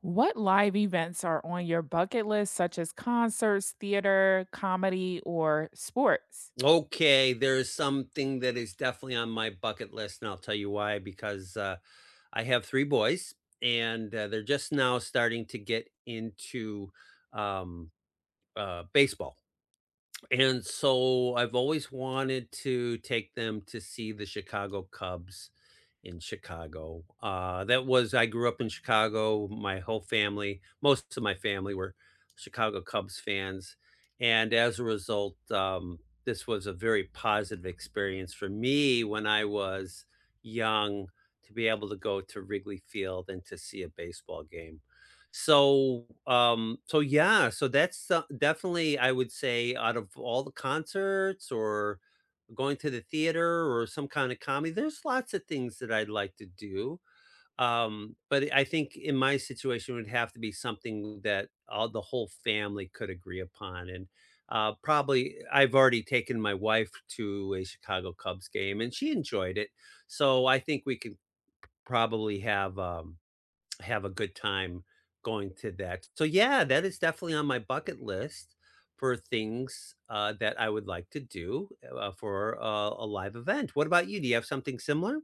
What live events are on your bucket list, such as concerts, theater, comedy, or sports? Okay, there's something that is definitely on my bucket list, and I'll tell you why. Because I have three boys, and they're just now starting to get into um, baseball. And so I've always wanted to take them to see the Chicago Cubs in Chicago. That was I grew up in Chicago. My whole family, most of my family were Chicago Cubs fans. And as a result, this was a very positive experience for me when I was young to be able to go to Wrigley Field and to see a baseball game. So definitely I would say, out of all the concerts or going to the theater or some kind of comedy, there's lots of things that I'd like to do. But I think in my situation it would have to be something that all the whole family could agree upon. And probably, I've already taken my wife to a Chicago Cubs game and she enjoyed it. So I think we could probably have a good time going to that. So yeah, that is definitely on my bucket list for things, that I would like to do, for a live event. What about you? Do you have something similar?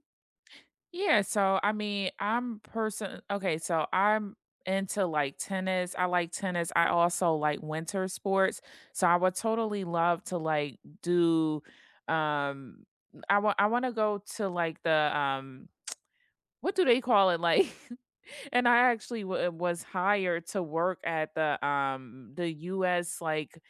Yeah, so I mean, I'm person okay, so I'm into like tennis. I like tennis. I also like winter sports. So I would totally love to like do um I want to go to like the what do they call it? Like and I actually wa was hired to work at the US, like,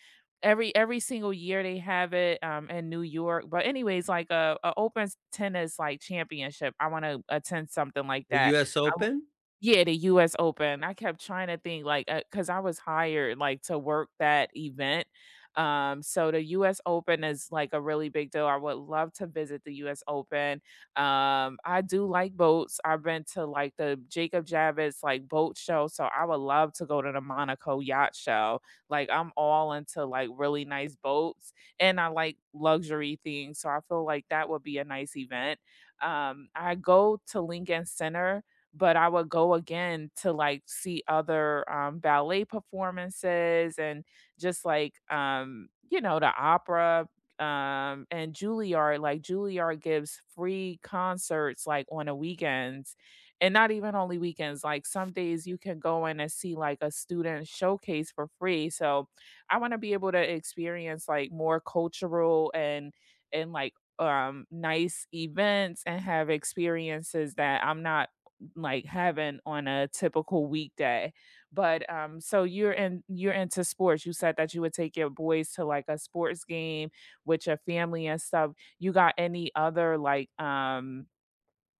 every single year they have it, in New York, but anyways, like, a open tennis, like, championship. I wanna attend something like The that. US Open? Yeah, the US Open. I kept trying to think like, cause I was hired like to work that event. So the US Open is like a really big deal. I would love to visit the US Open. I do like boats. I've been to like the Jacob Javits like boat show, so I would love to go to the Monaco yacht show. Like I'm all into like really nice boats, and I like luxury things, so I feel like that would be a nice event. I go to Lincoln Center, but I would go again to like see other ballet performances and just like you know the opera, and Juilliard. Like Juilliard gives free concerts like on the weekends, and not even only weekends. Like some days you can go in and see like a student showcase for free. So I want to be able to experience like more cultural and like nice events and have experiences that I'm not like having on a typical weekday. But so you're into sports. You said that you would take your boys to like a sports game with your family and stuff. You got any other like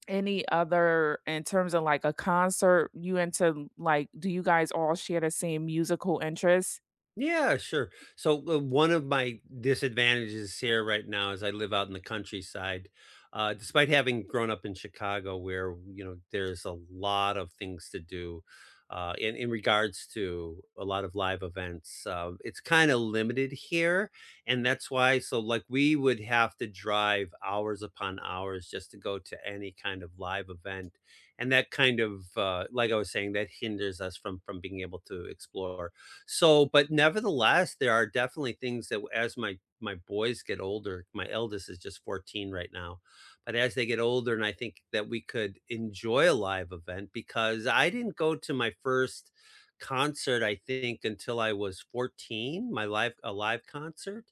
any other in terms of like a concert you into, like, do you guys all share the same musical interests? Yeah, sure. So one of my disadvantages here right now is I live out in the countryside. Despite having grown up in Chicago, where you know there's a lot of things to do, in regards to a lot of live events, it's kind of limited here, and that's why. So, like, we would have to drive hours upon hours just to go to any kind of live event, and that kind of like I was saying, that hinders us from being able to explore. So, but nevertheless, there are definitely things that as my boys get older. My eldest is just 14 right now, but as they get older, and I think that we could enjoy a live event, because I didn't go to my first concert, I think, until I was 14, my live a live concert.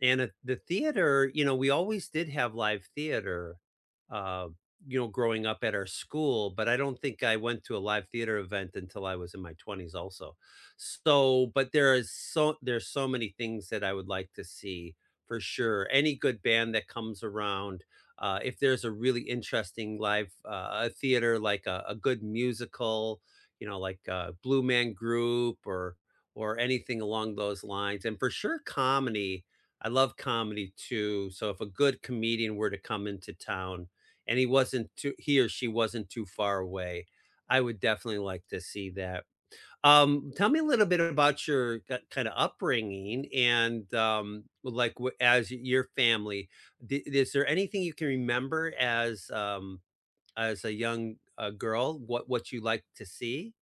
And at the theater, you know, we always did have live theater, uh, you know, growing up at our school, but I don't think I went to a live theater event until I was in my 20s also. So, there's so many things that I would like to see, for sure. Any good band that comes around, if there's a really interesting live theater, like a good musical, you know, like Blue Man Group or anything along those lines. And for sure, comedy, I love comedy too. So if a good comedian were to come into town and he or she wasn't too far away, I would definitely like to see that. Tell me a little bit about your ki kind of upbringing and, like, your family, di is there anything you can remember as a young, girl, what you like to see?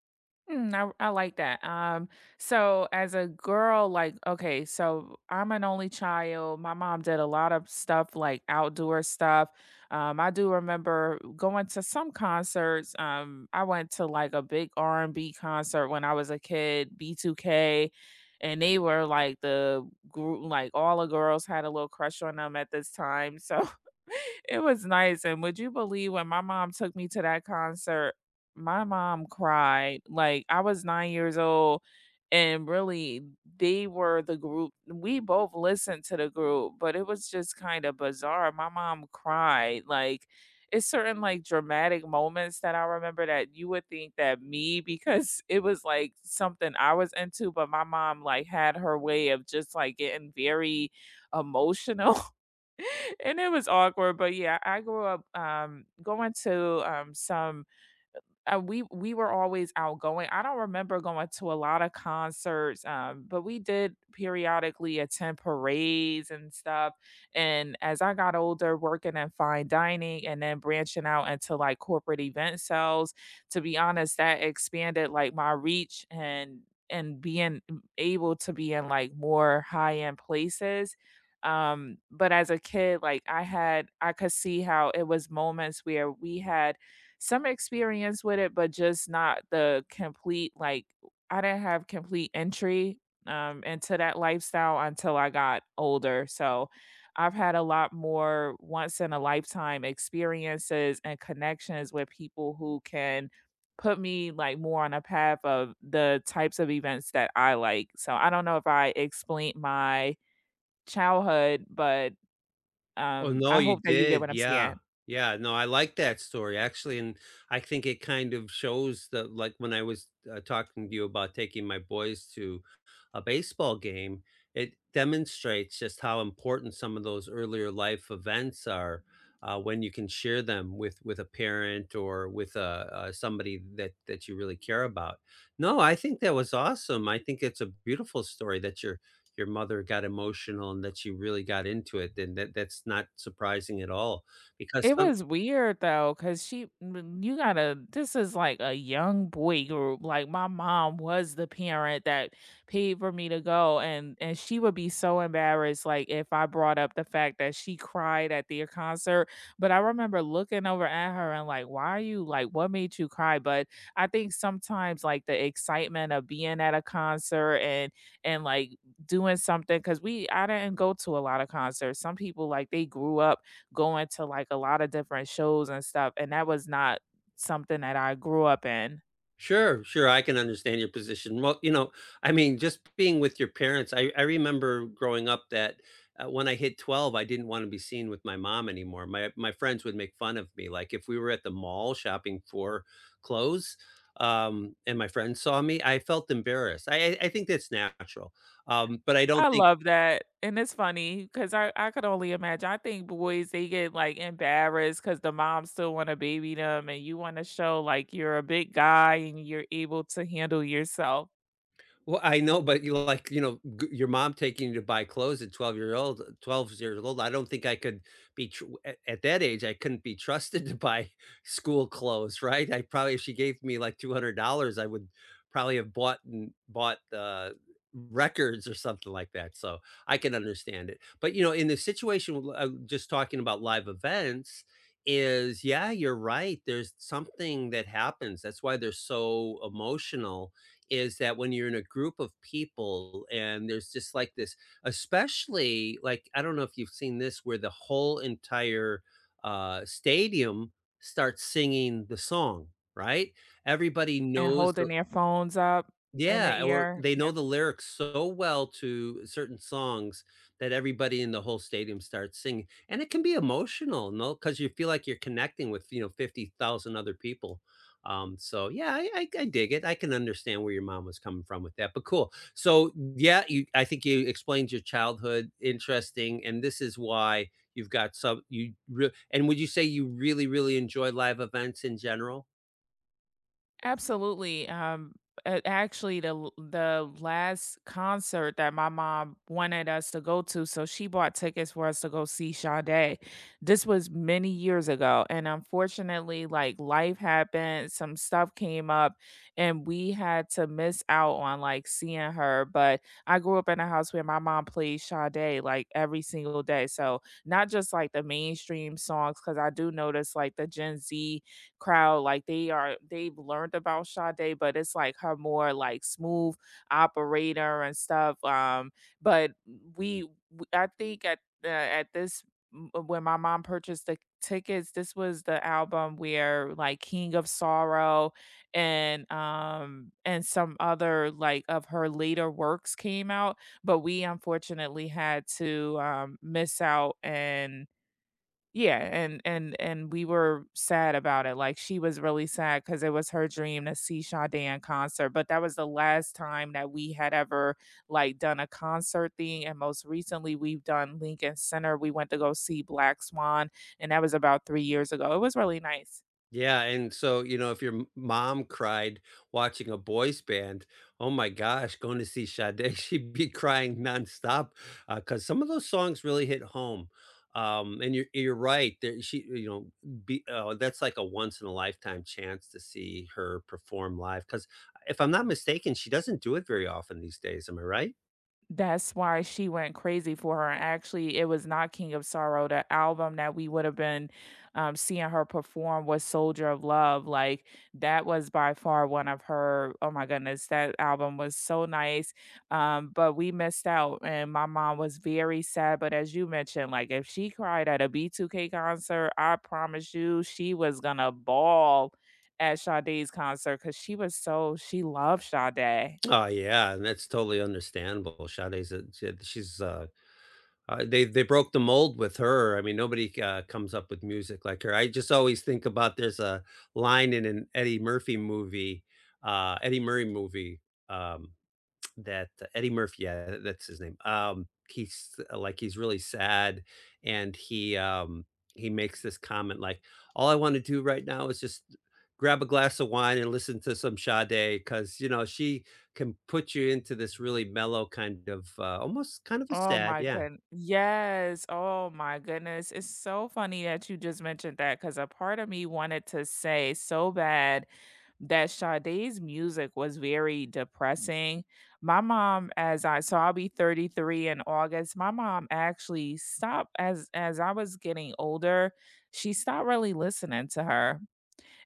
Mm, I like that. So as a girl, like, okay, so I'm an only child. My mom did a lot of stuff like outdoor stuff. I do remember going to some concerts. I went to like a big R&B concert when I was a kid, B2K, and they were like the group, like all the girls had a little crush on them at this time. So it was nice. And would you believe when my mom took me to that concert? My mom cried, like, I was 9 years old, and really, they were the group, we both listened to the group, but it was just kinda bizarre. My mom cried, like, it's certain, like, dramatic moments that I remember that you would think that me because it was, like, something I was into, but my mom, like, had her way of just, like, getting very emotional, and it was awkward, but yeah, I grew up, going to, some we were always outgoing. I don't remember going to a lot of concerts, but we did periodically attend parades and stuff. And as I got older, working in fine dining and then branching out into like corporate event sales, to be honest, that expanded like my reach and being able to be in like more high end places. But as a kid, like I had, I could see how it was moments where we had some experience with it, but just not the complete, like, I didn't have complete entry, into that lifestyle until I got older, so I've had a lot more once in a lifetime experiences and connections with people who can put me, like, more on a path of the types of events that I like, so I don't know if I explained my childhood, but, Oh, no, I hope you that you get what did, I'm yeah. saying. Yeah, no, I like that story, actually, and I think it kind of shows that, like, when I was, talking to you about taking my boys to a baseball game, it demonstrates just how important some of those earlier life events are, when you can share them with a parent or with, somebody that that you really care about. No, I think that was awesome. I think it's a beautiful story that you're your mother got emotional and that you really got into it. Then That that's not surprising at all, because It some— was weird though, cause she mm, you gotta this is like a young boy group. Like my mom was the parent that paid for me to go, and she would be so embarrassed like if I brought up the fact that she cried at their concert. But I remember looking over at her and like, why are you, like, what made you cry? But I think sometimes like the excitement of being at a concert and like doing something, because we I didn't go to a lot of concerts. Some people like they grew up going to, like, a lot of different shows and stuff, and that was not something that I grew up in. Sure, sure, I can understand your position. Well, you know, I mean, just being with your parents, I remember growing up that when I hit 12, I didn't want to be seen with my mom anymore. My friends would make fun of me. Like if we were at the mall shopping for clothes, and my friends saw me, I felt embarrassed. I think that's natural. But I I don't think— love that, and it's funny because I could only imagine. I think boys, they get, like, embarrassed because the moms still wanna baby them, and you wanna show, like, you're a big guy and you're able to handle yourself Well, I know, but you know, g your mom taking you to buy clothes at 12 years old, I don't think I could be tr at that age, I couldn't be trusted to buy school clothes, right? I probably, if she gave me like $200, I would probably have bought, records or something like that. So I can understand it. But, you know, in the situation w just talking about live events, yeah, you're right, there's something that happens, that's why they're so emotional. Is that when you're in a group of people and there's just like this, especially, like, I don't know if you've seen this, where the whole entire, stadium starts singing the song, right? Everybody and knows holding the— their phones up in the yeah, or air. they know Yep. the lyrics so well to certain songs that everybody in the whole stadium starts singing, and it can be emotional, no, because you feel like you're connecting with, you know, 50,000 other people. So yeah, I dig it. I can understand where your mom was coming from with that, but cool. So, yeah, you I think you explained your childhood, interesting, and this is why you've got some— you re and would you say you really, really enjoy live events in general? Absolutely, a actually, the last concert that my mom wanted us to go to, so she bought tickets for us to go see Sade. This was many years ago, and unfortunately, like, life happened, some stuff came up, and we had to miss out on, like, seeing her, but I grew up in a house where my mom played Sade, like, every single day, so not just, like, the mainstream songs, because I do notice, like, the Gen Z crowd, like they've learned about Sade, but it's like her more like smooth operator and stuff. But I think at when my mom purchased the tickets, this was the album where like King of Sorrow and some other like of her later works came out, but we unfortunately had to miss out, and yeah, and and we were sad about it, like, she was really sad because it was her dream to see Sade in concert, but that was the last time that we had ever, like, done a concert thing, and most recently, we've done Lincoln Center, we went to go see Black Swan, and that was about 3 years ago. It was really nice. Yeah, and so, you know, if your m mom cried watching a boys band, oh my gosh, going to see Sade, she'd be crying nonstop, because some of those songs really hit home. And you're right, there she you know, be that's like a once in a lifetime chance to see her perform live. Because if I'm not mistaken, she doesn't do it very often these days, am I right? That's why she went crazy for her, and actually, it was not King of Sorrow, the album that we would have been, seeing her perform, was Soldier of Love, like, that was by far one of her oh my goodness, that album was so nice, but we missed out, and my mom was very sad, but as you mentioned, like, if she cried at a B2K concert, I promise you she was gonna bawl at Sade's concert because she was so she loved Sade. Oh, yeah, and that's totally understandable. Sade's a she she's, they broke the mold with her. I mean, nobody comes up with music like her. I just always think about there's a line in an Eddie Murphy movie, Eddie Murray movie, um, that Eddie Murphy, yeah, that's his name. He's like he's really sad, and he makes this comment like, "All I want to do right now is just grab a glass of wine and listen to some Sade, because you know she can put you into this really mellow kind of almost kind of a Oh sad, my yeah." goodness! Yes, oh my goodness. It's so funny that you just mentioned that because a part of me wanted to say so bad that Sade's music was very depressing. My mom, as I so I'll be 33 in August, my mom actually stopped as I was getting older, she stopped really listening to her.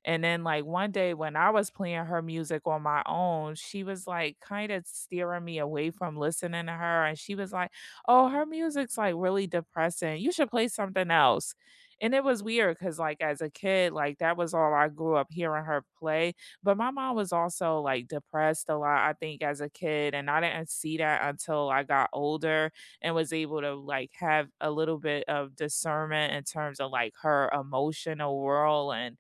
And then like one day when I was playing her music on my own, she was like kind of steering me away from listening to her. And she was like, oh, her music's like really depressing. You should play something else. And it was weird because like as a kid, like that was all I grew up hearing her play. But my mom was also like depressed a lot, I think, as a kid. And I didn't see that until I got older and was able to like have a little bit of discernment in terms of like her emotional world,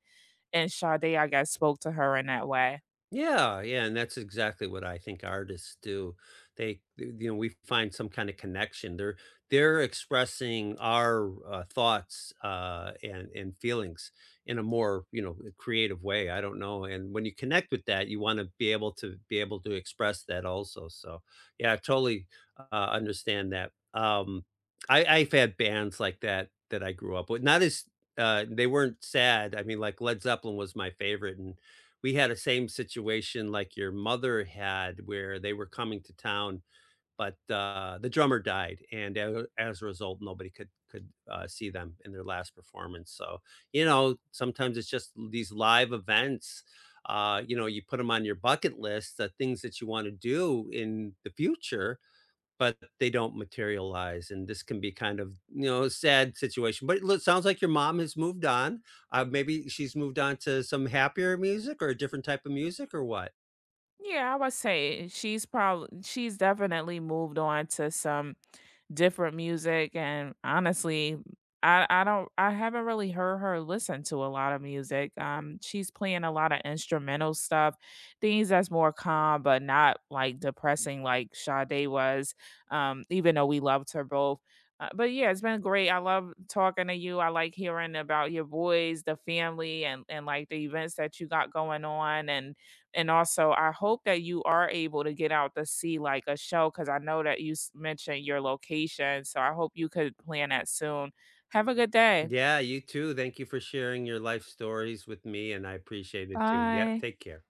and Sade, I guess, spoke to her in that way. Yeah, yeah, and that's exactly what I think artists do. They, you know, we find some kinda connection. They're expressing our, thoughts, and feelings in a more, you know, creative way, I don't know, and when you connect with that, you wanna be able to express that also. So yeah, I totally, understand that. I've had bands like that that I grew up with, not as they weren't sad. I mean, like, Led Zeppelin was my favorite, and we had the same situation like your mother had where they were coming to town, but, the drummer died, and a as a result, nobody could see them in their last performance. So, you know, sometimes it's just these live events, you know, you put them on your bucket list, the things that you wanna do in the future, but they don't materialize, and this can be kind of, you know, a sad situation. But it sounds like your mom has moved on. Maybe she's moved on to some happier music or a different type of music or what? Yeah, I would say she's probably she's definitely moved on to some different music, and honestly, I don't I haven't really heard her listen to a lot of music. She's playing a lot of instrumental stuff, things that's more calm but not like depressing like Sade was. Even though we loved her both. But yeah, it's been great. I love talking to you. I like hearing about your boys, the family, and like the events that you got going on, and also, I hope that you are able to get out to see like a show because I know that you mentioned your location. So I hope you could plan that soon. Have a good day. Yeah, you too. Thank you for sharing your life stories with me, and I appreciate it too. Yep, Bye. take care.